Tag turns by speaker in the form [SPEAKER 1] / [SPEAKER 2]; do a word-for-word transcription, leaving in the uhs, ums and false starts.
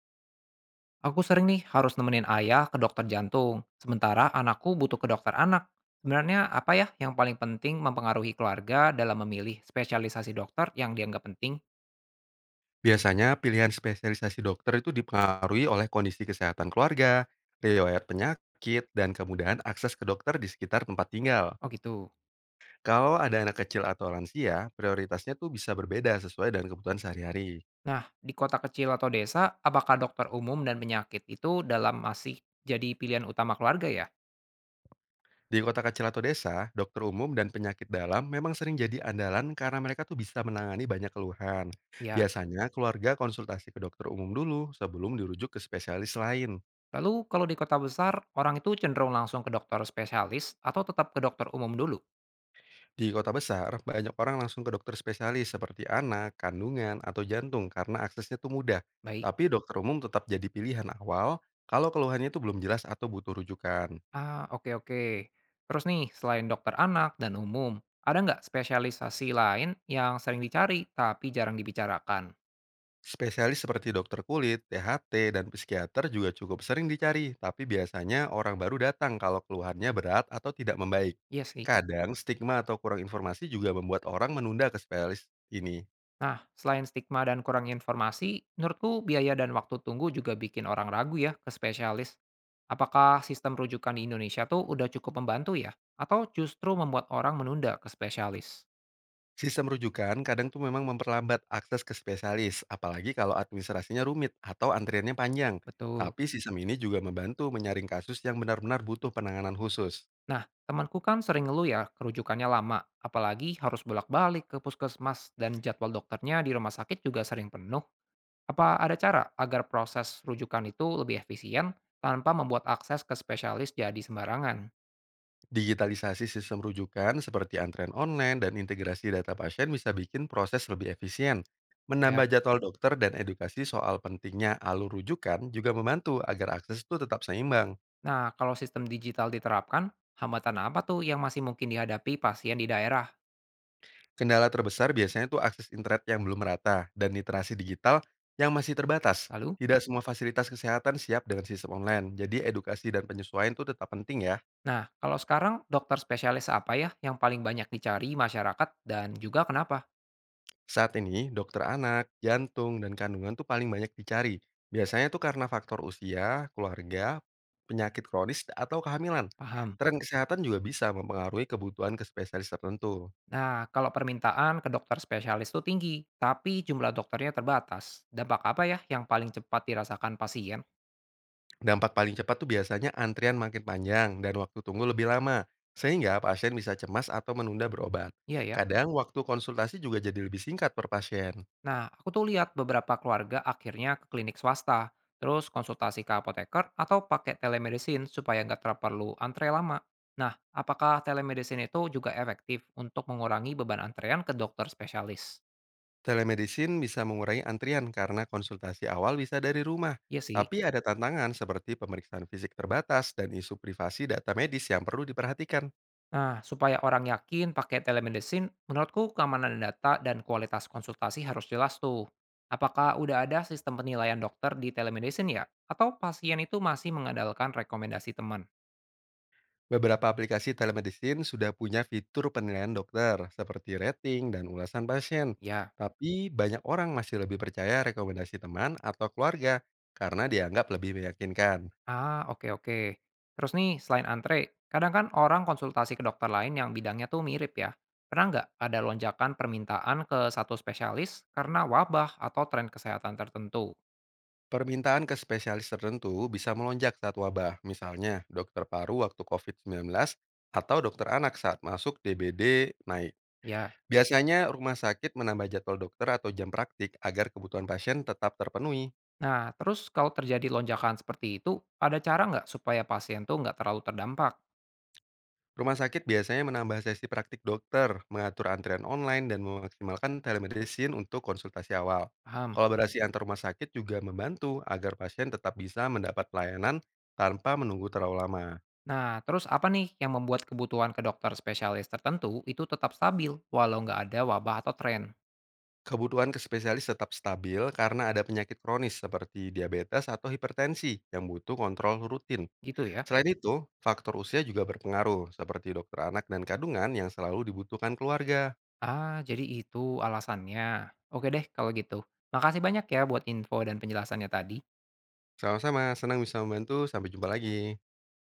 [SPEAKER 1] Aku sering nih harus nemenin ayah ke dokter jantung, sementara anakku butuh ke dokter anak. Sebenarnya apa ya yang paling penting mempengaruhi keluarga dalam memilih spesialisasi dokter yang dianggap penting?
[SPEAKER 2] Biasanya pilihan spesialisasi dokter itu dipengaruhi oleh kondisi kesehatan keluarga, riwayat penyakit, dan kemudahan akses ke dokter di sekitar tempat tinggal.
[SPEAKER 1] Oh gitu.
[SPEAKER 2] Kalau ada anak kecil atau lansia, prioritasnya tuh bisa berbeda sesuai dengan kebutuhan sehari-hari.
[SPEAKER 1] Nah, di kota kecil atau desa, apakah dokter umum dan penyakit itu dalam masih jadi pilihan utama keluarga ya?
[SPEAKER 2] Di kota kecil atau desa, dokter umum dan penyakit dalam memang sering jadi andalan karena mereka tuh bisa menangani banyak keluhan.
[SPEAKER 1] Ya.
[SPEAKER 2] Biasanya keluarga konsultasi ke dokter umum dulu sebelum dirujuk ke spesialis lain.
[SPEAKER 1] Lalu kalau di kota besar, orang itu cenderung langsung ke dokter spesialis atau tetap ke dokter umum dulu?
[SPEAKER 2] Di kota besar, banyak orang langsung ke dokter spesialis seperti anak, kandungan, atau jantung karena aksesnya tuh mudah.
[SPEAKER 1] Baik.
[SPEAKER 2] Tapi dokter umum tetap jadi pilihan awal kalau keluhannya itu belum jelas atau butuh rujukan.
[SPEAKER 1] Ah, oke, oke. Terus nih, selain dokter anak dan umum, ada nggak spesialisasi lain yang sering dicari tapi jarang dibicarakan?
[SPEAKER 2] Spesialis seperti dokter kulit, T H T, dan psikiater juga cukup sering dicari, tapi biasanya orang baru datang kalau keluhannya berat atau tidak membaik.
[SPEAKER 1] Iya sih.
[SPEAKER 2] Kadang stigma atau kurang informasi juga membuat orang menunda ke spesialis ini.
[SPEAKER 1] Nah, selain stigma dan kurang informasi, menurutku biaya dan waktu tunggu juga bikin orang ragu ya ke spesialis. Apakah sistem rujukan di Indonesia tuh udah cukup membantu ya? Atau justru membuat orang menunda ke spesialis?
[SPEAKER 2] Sistem rujukan kadang tuh memang memperlambat akses ke spesialis, apalagi kalau administrasinya rumit atau antriannya panjang.
[SPEAKER 1] Betul.
[SPEAKER 2] Tapi sistem ini juga membantu menyaring kasus yang benar-benar butuh penanganan khusus.
[SPEAKER 1] Nah, temanku kan sering ngeluh ya kerujukannya lama, apalagi harus bolak-balik ke puskesmas dan jadwal dokternya di rumah sakit juga sering penuh. Apa ada cara agar proses rujukan itu lebih efisien tanpa membuat akses ke spesialis jadi sembarangan?
[SPEAKER 2] Digitalisasi sistem rujukan seperti antrean online dan integrasi data pasien bisa bikin proses lebih efisien.
[SPEAKER 1] Ya.
[SPEAKER 2] Menambah jadwal dokter dan edukasi soal pentingnya alur rujukan juga membantu agar akses itu tetap seimbang.
[SPEAKER 1] Nah, kalau sistem digital diterapkan, hambatan apa tuh yang masih mungkin dihadapi pasien di daerah?
[SPEAKER 2] Kendala terbesar biasanya tuh akses internet yang belum merata dan literasi digital yang masih terbatas.
[SPEAKER 1] Lalu,
[SPEAKER 2] Tidak semua fasilitas kesehatan siap dengan sistem online, jadi edukasi dan penyesuaian tuh tetap penting ya.
[SPEAKER 1] nah kalau sekarang dokter spesialis apa ya yang paling banyak dicari masyarakat dan juga kenapa?
[SPEAKER 2] Saat ini, dokter anak, jantung, dan kandungan tuh paling banyak dicari. Biasanya tuh karena faktor usia, keluarga, penyakit kronis, atau kehamilan.
[SPEAKER 1] Paham.
[SPEAKER 2] Tren kesehatan juga bisa mempengaruhi kebutuhan ke spesialis tertentu.
[SPEAKER 1] Nah, kalau permintaan ke dokter spesialis itu tinggi, tapi jumlah dokternya terbatas. Dampak apa ya yang paling cepat dirasakan pasien?
[SPEAKER 2] Dampak paling cepat tuh biasanya antrian makin panjang dan waktu tunggu lebih lama, sehingga pasien bisa cemas atau menunda berobat.
[SPEAKER 1] Iya ya.
[SPEAKER 2] Kadang waktu konsultasi juga jadi lebih singkat per pasien.
[SPEAKER 1] Nah, aku tuh lihat beberapa keluarga akhirnya ke klinik swasta, terus konsultasi ke apoteker atau pakai telemedicine supaya nggak ter- perlu antre lama. Nah, apakah telemedicine itu juga efektif untuk mengurangi beban antrean ke dokter spesialis?
[SPEAKER 2] Telemedicine bisa mengurangi antrian karena konsultasi awal bisa dari rumah.
[SPEAKER 1] Iya sih.
[SPEAKER 2] Tapi ada tantangan seperti pemeriksaan fisik terbatas dan isu privasi data medis yang perlu diperhatikan.
[SPEAKER 1] Nah, supaya orang yakin pakai telemedicine, menurutku keamanan data dan kualitas konsultasi harus jelas tuh. Apakah udah ada sistem penilaian dokter di telemedicine ya? Atau pasien itu masih mengandalkan rekomendasi teman?
[SPEAKER 2] Beberapa aplikasi telemedicine sudah punya fitur penilaian dokter, seperti rating dan ulasan pasien.
[SPEAKER 1] Ya.
[SPEAKER 2] Tapi banyak orang masih lebih percaya rekomendasi teman atau keluarga karena dianggap lebih meyakinkan.
[SPEAKER 1] Ah, oke, oke. Terus nih, selain antre, kadang kan orang konsultasi ke dokter lain yang bidangnya tuh mirip ya. Pernah nggak ada lonjakan permintaan ke satu spesialis karena wabah atau tren kesehatan tertentu?
[SPEAKER 2] Permintaan ke spesialis tertentu bisa melonjak saat wabah, misalnya dokter paru waktu covid sembilan belas atau dokter anak saat masuk D B D naik.
[SPEAKER 1] Ya.
[SPEAKER 2] Biasanya rumah sakit menambah jadwal dokter atau jam praktik agar kebutuhan pasien tetap terpenuhi.
[SPEAKER 1] Nah, terus kalau terjadi lonjakan seperti itu, ada cara nggak supaya pasien tuh nggak terlalu terdampak?
[SPEAKER 2] Rumah sakit biasanya menambah sesi praktik dokter, mengatur antrian online, dan memaksimalkan telemedicine untuk konsultasi awal.
[SPEAKER 1] Paham.
[SPEAKER 2] Kolaborasi antar rumah sakit juga membantu agar pasien tetap bisa mendapat pelayanan tanpa menunggu terlalu lama.
[SPEAKER 1] Nah, terus apa nih yang membuat kebutuhan ke dokter spesialis tertentu itu tetap stabil walau nggak ada wabah atau tren?
[SPEAKER 2] Kebutuhan ke spesialis tetap stabil karena ada penyakit kronis seperti diabetes atau hipertensi yang butuh kontrol rutin.
[SPEAKER 1] Gitu ya.
[SPEAKER 2] Selain itu, faktor usia juga berpengaruh, seperti dokter anak dan kandungan yang selalu dibutuhkan keluarga.
[SPEAKER 1] Ah, jadi itu alasannya. Oke deh kalau gitu. Makasih banyak ya buat info dan penjelasannya tadi.
[SPEAKER 2] Sama-sama, senang bisa membantu. Sampai jumpa lagi.